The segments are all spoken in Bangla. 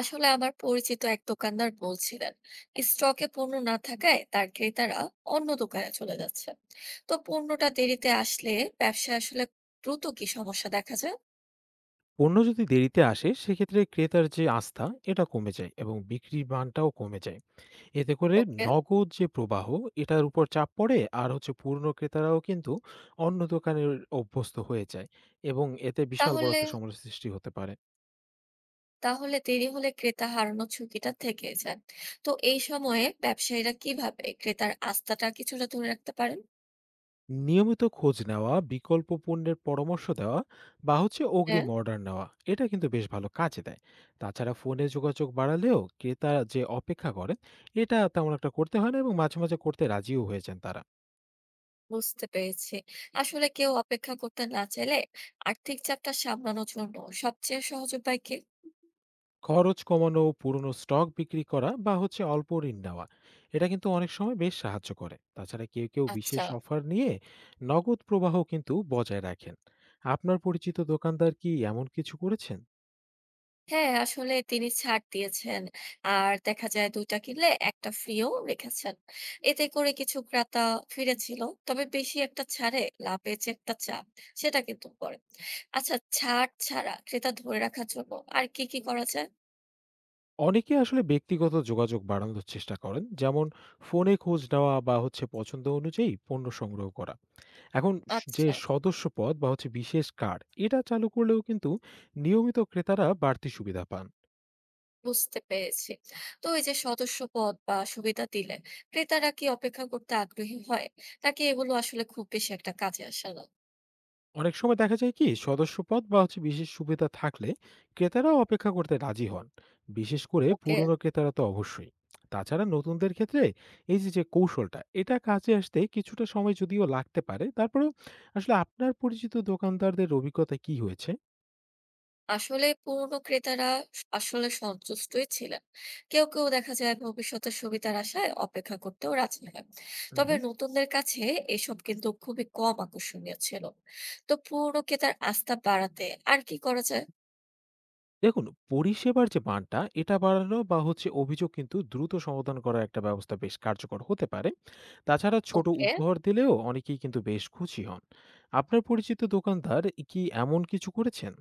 আসলে আমার পরিচিত এক দোকানদার বলছিলেন স্টকে পণ্য না থাকায় তার ক্রেতারা অন্য দোকানে চলে যাচ্ছে। তো পণ্যটা দেরিতে আসলে ব্যবসায় আসলে দ্রুত কি সমস্যা দেখা যায়? পণ্য যদি দেরিতে আসে সেক্ষেত্রে ক্রেতার যে আস্থা এটা কমে যায় এবং বিক্রির মানটাও কমে যায়। এতে করে ওকে। নগদ যে প্রবাহ এটার উপর চাপ পড়ে, আর হচ্ছে পুরনো ক্রেতারাও কিন্তু অন্য দোকানের অভ্যস্ত হয়ে যায় এবং এতে বিশাল বড় তাহলে একটা সমস্যার সৃষ্টি হতে পারে। তাহলে দেরি হলে ক্রেতা হারানোর ঝুঁকিটা থেকে যায়। তো এই সময়ে ব্যবসায়ীরা কিভাবে ক্রেতার আস্থাটা কিছুটা ধরে রাখতে পারেন? নিয়মিত খোঁজ নেওয়া, বিকল্প পণ্যের পরামর্শ দেওয়া বা হচ্ছে হ্যাঁ, অগ্রিম অর্ডার নেওয়া, এটা কিন্তু বেশ ভালো কাজে দেয়। তাছাড়া ফোনে যোগাযোগ বাড়ালেও ক্রেতা যে অপেক্ষা করেন, এটা তেমন একটা করতে হয় না এবং মাঝে মাঝে করতে রাজিও হয়ে যান তারা। বুঝতে পেরেছি। আসলে কেউ অপেক্ষা করতে না চাইলে আর্থিক চাপটা সামলানোর জন্য সবচেয়ে সহজ উপায় কি? খরচ কমানো, পুরনো স্টক বিক্রি করা বা হচ্ছে অল্প ঋণ নেওয়া, এটা কিন্তু অনেক সময় বেশ সাহায্য করে। তাছাড়া কেউ কেউ বিশেষ আচ্ছা। অফার নিয়ে নগদ প্রবাহ কিন্তু বজায় রাখেন। আপনার পরিচিত দোকানদার কি এমন কিছু করেছেন? হ্যাঁ, আসলে তিনি ছাড় দিয়েছেন। আর দেখা যায় ২ টা কিনলে ১ টা ফ্রি ও রেখেছেন। এতে করে কিছু ক্রেতা ফিরেছিল। তবে বেশি একটা ছাড়ে লাভে যে একটা চাপ, সেটা কিন্তু পড়ে। আচ্ছা, ছাড় ছাড়া ক্রেতা ধরে রাখার জন্য আর কি করা যায়? অনেকে আসলে ব্যক্তিগত যোগাযোগ বাড়ানোর চেষ্টা করেন, যেমন ফোনে খোঁজ নেওয়া বা হচ্ছে পছন্দ অনুযায়ী পণ্য সংগ্রহ করা। এখন যে আচ্ছা, সদস্যপদ বা হচ্ছে বিশেষ কার্ড, এটা চালু করলেও কিন্তু নিয়মিত ক্রেতারা বাড়তি সুবিধা পান। বুঝতে পেরেছি। তো এই যে সদস্যপদ বা সুবিধা দিলে ক্রেতারা কি অপেক্ষা করতে আগ্রহী হয়? নাকি এগুলো আসলে খুব বেশি একটা কাজে আসে না? অনেক সময় দেখা যায় কি সদস্যপদ বা হচ্ছে বিশেষ সুবিধা থাকলে ক্রেতারাও অপেক্ষা করতে রাজি হন, বিশেষ করে ওকে। পুরনো ক্রেতারা তো অবশ্যই। তাছাড়া নতুনদের ক্ষেত্রে এই যে যে কৌশলটা, এটা কাজে আসতে কিছুটা সময় যদিও লাগতে পারে, তারপরেও আসলে আপনার পরিচিত দোকানদারদের অভিজ্ঞতা কি হয়েছে? আসলে পুরনো ক্রেতারা আসলে সন্তুষ্টই ছিলেন। কেউ কেউ দেখা যায় ভবিষ্যতের সুবিধার আশায় অপেক্ষা করতেও রাজি হয়। তবে হুম। নতুনদের কাছে এসব কিন্তু খুবই কম আকর্ষণীয় ছিল। তো পুরনো ক্রেতার আস্থা বাড়াতে আর কি করা যায়? দেখুন, পরিষেবার যে মানটা এটা বাড়ানো বা হচ্ছে অভিযোগ কিন্তু দ্রুত সমাধান করার একটা ব্যবস্থা বেশ কার্যকর হতে পারে। তাছাড়া ছোট ওকে। উপহার দিলেও অনেকেই কিন্তু বেশ খুশি হন। আপনার পরিচিত দোকানদার কি এমন কিছু করেছেন?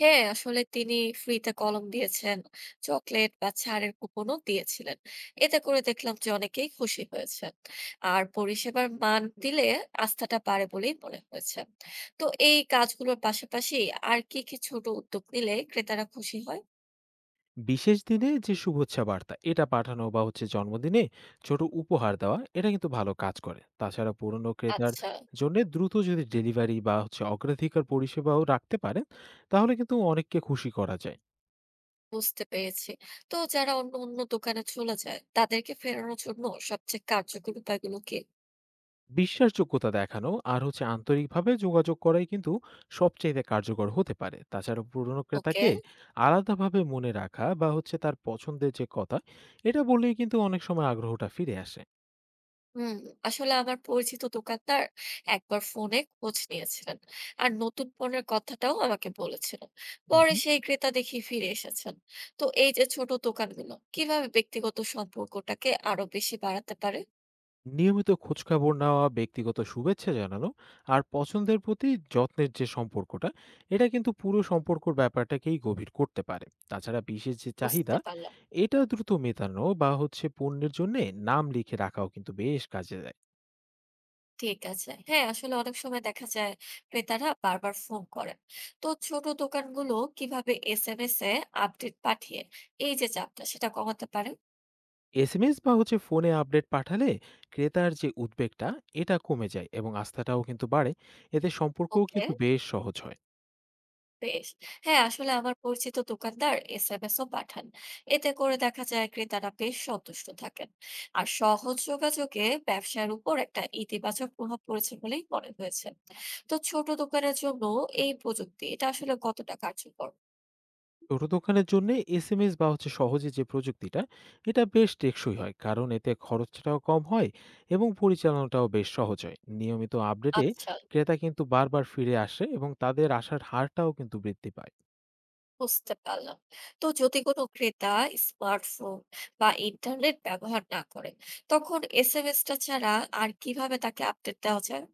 হ্যাঁ, আসলে তিনি ফ্রিতে কলম দিয়েছেন, চকলেট বা ছাড়ের কুপনও দিয়েছিলেন। এতে করে দেখলাম যে অনেকেই খুশি হয়েছে। আর পরিষেবার মান দিলে আস্থাটা বাড়ে বলেই মনে হয়েছে। তো এই কাজগুলোর পাশাপাশি আর কি কি ছোট উদ্যোগ নিলে ক্রেতারা খুশি হয়? বিশেষ দিনে যে শুভেচ্ছা বার্তা এটা পাঠানো বা হচ্ছে জন্মদিনে ছোট উপহার দেওয়া, এটা কিন্তু ভালো কাজ করে। তাছাড়া পুরনো ক্রেতার আচ্ছা, জন্যে দ্রুত যদি ডেলিভারি বা হচ্ছে অগ্রাধিকার পরিষেবাও রাখতে পারেন, তাহলে কিন্তু অনেককে খুশি করা যায়। বুঝতে পেরেছি। তো যারা অন্য অন্য দোকানে চলে যায় তাদেরকে ফেরানোর জন্য সবচেয়ে কার্যকর উপায়গুলো কি? বিশ্বাসযোগ্যতা দেখানো আর হচ্ছে আন্তরিকভাবে যোগাযোগ করাই কিন্তু সবচেয়ে কার্যকর হতে পারে। তাছাড়া পুরনো ওকে। ক্রেতাকে আলাদাভাবে মনে রাখা বা হচ্ছে তার পছন্দের যে কথা, এটা বললেই কিন্তু অনেক সময় আগ্রহটা ফিরে আসে। হুম। আসলে আমার পরিচিত দোকানদার একবার ফোনে খোঁজ নিয়েছিলেন আর নতুন পণ্যের কথাটাও আমাকে বলেছিলেন। পরে হুম। সেই ক্রেতা দেখি ফিরে এসেছেন। তো এই যে ছোট দোকানগুলো কিভাবে ব্যক্তিগত সম্পর্কটাকে আরো বেশি বাড়াতে পারে? নিয়মিত খোঁজখবর নেওয়া, ব্যক্তিগত শুভেচ্ছা জানানো আর পছন্দের প্রতি যত্নের যে সম্পর্কটা, এটা কিন্তু পুরো সম্পর্কর ব্যাপারটাকেই গভীর করতে পারে। তাছাড়া বিশেষ যে চাহিদা বুঝতে পারলাম। এটা দ্রুত মেটানো বা হচ্ছে পণ্যের জন্য নাম লিখে রাখাও কিন্তু বেশ কাজে দেয়। ঠিক আছে, হ্যাঁ, আসলে অনেক সময় দেখা যায় ক্রেতারা বারবার ফোন করেন। তো ছোট দোকানগুলো কিভাবে এসএমএস এ আপডেট পাঠিয়ে এই যে চাপটা সেটা কমাতে পারে? এসএমএস বা হচ্ছে ফোনে আপডেট পাঠালে ক্রেতার যে উদ্বেগটা এটা কমে যায় এবং আস্থাটাও কিন্তু বাড়ে। এতে সম্পর্কও ওকে, কিন্তু বেশ সহজ হয়। বেশ। হ্যাঁ, আসলে আমার পরিচিত দোকানদার এসএমএস ও পাঠান। এতে করে দেখা যায় ক্রেতারা বেশ সন্তুষ্ট থাকেন। আর সহজ যোগাযোগে ব্যবসার উপর একটা ইতিবাচক প্রভাব পড়েছে বলেই মনে হয়েছে। তো ছোট দোকানের জন্য এই প্রযুক্তি এটা আসলে কতটা কার্যকর? ছোট দোকানের জন্য এসএমএস বা হচ্ছে সহজে যে প্রযুক্তিটা, এটা বেশ টেকসই হয় কারণ এতে খরচটাও কম হয় এবং পরিচালনাটাও বেশ সহজ হয়। নিয়মিত আপডেটে আচ্ছা, ক্রেতা কিন্তু বারবার ফিরে আসে এবং তাদের আসার হারটাও কিন্তু বৃদ্ধি পায়। বুঝতে পারলাম। তো যদি কোনো ক্রেতা স্মার্টফোন বা ইন্টারনেট ব্যবহার না করে, তখন এসএমএস টা ছাড়া আর কিভাবে তাকে আপডেট দেওয়া যায়?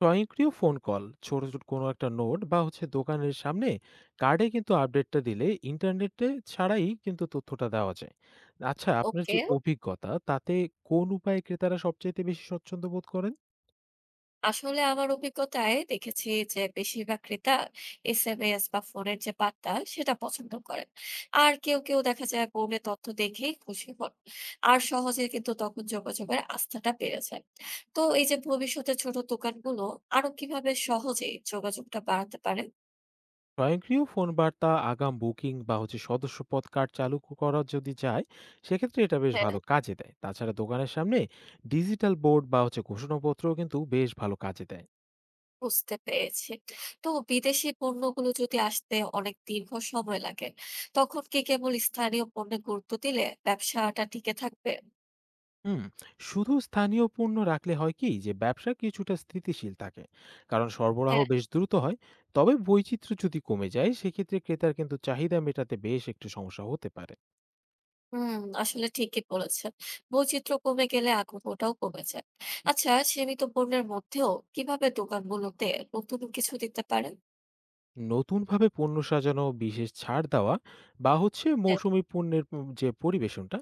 স্বয়ংক্রিয় ফোন কল, ছোট ছোট কোনো একটা নোট বা হচ্ছে দোকানের সামনে কার্ডে কিন্তু আপডেটটা দিলে ইন্টারনেটে ছাড়াই কিন্তু তথ্যটা দেওয়া যায়। আচ্ছা, আপনার ওকে। যে অভিজ্ঞতা, তাতে কোন উপায়ে ক্রেতারা সবচেয়ে বেশি স্বচ্ছন্দ্য বোধ করেন? আসলে আমার অভিজ্ঞতায় দেখেছি যে বেশিরভাগ ক্রেতা এসএমএস বা ফোনের যে বার্তা সেটা পছন্দ করেন। আর কেউ কেউ দেখা যায় পণ্যে তথ্য দেখেই খুশি হন। আর সহজে কিন্তু তখন যোগাযোগের আস্থাটা বেড়ে যায়। তো এই যে ভবিষ্যতে ছোট দোকানগুলো আরো কিভাবে সহজে যোগাযোগটা বাড়াতে পারে? স্বয়ংক্রিয় ফোন বার্তা, আগাম বুকিং বা হচ্ছে সদস্যপদ কার্ড চালু করা যদি যায়, সেক্ষেত্রে এটা বেশ হ্যাঁ, ভালো কাজে দেয়। তাছাড়া দোকানের সামনে ডিজিটাল বোর্ড বা হচ্ছে ঘোষণাপত্রও কিন্তু বেশ ভালো কাজে দেয়। বুঝতে পেরেছি। তো বিদেশি পণ্যগুলো যদি আসতে অনেক দীর্ঘ সময় লাগে, তখন কি কেবল স্থানীয় পণ্যে গুরুত্ব দিলে ব্যবসাটা টিকে থাকবে? হুম। শুধু স্থানীয় পণ্য রাখলে হয় কি যে ব্যবসা কিছুটা স্থিতিশীল থাকে, কারণ সরবরাহ হ্যাঁ। বেশ দ্রুত হয়। তবে বৈচিত্র্য যদি কমে যায় সেক্ষেত্রে ক্রেতার কিন্তু চাহিদা মেটাতে বেশ একটু সমস্যা হতে পারে। হুম, আসলে ঠিকই বলেছেন। বৈচিত্র্য কমে গেলে আগ্রহটাও কমে যায়। আচ্ছা, সীমিত পণ্যের মধ্যেও কিভাবে দোকানগুলোতে নতুন কিছু দিতে পারেন? নতুনভাবে পণ্য সাজানো, বিশেষ ছাড় দেওয়া বা হচ্ছে হ্যাঁ, মৌসুমি পণ্যের যে পরিবেশনটা,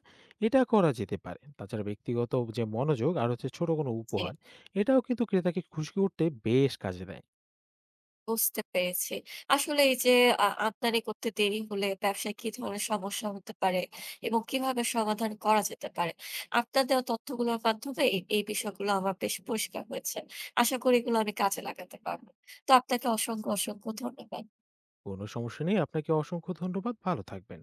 এটা করা যেতে পারে। তাছাড়া ব্যক্তিগত যে মনোযোগ আর হচ্ছে ছোট কোনো জি, উপহার, এটাও কিন্তু ক্রেতাকে খুশি করতে বেশ কাজে দেয়। বুঝতে পেরেছি। আসলে এই যে আমদানি করতে দেরি হলে ব্যবসায় কি ধরনের সমস্যা হতে পারে এবং কিভাবে সমাধান করা যেতে পারে? আপনার দেওয়া তথ্যগুলোর মাধ্যমে এই বিষয়গুলো আমার বেশ পরিষ্কার হয়েছে। আশা করি এগুলো আমি কাজে লাগাতে পারবো। তো আপনাকে অসংখ্য ধন্যবাদ। কোনো সমস্যা নেই, আপনাকে অসংখ্য ধন্যবাদ, ভালো থাকবেন।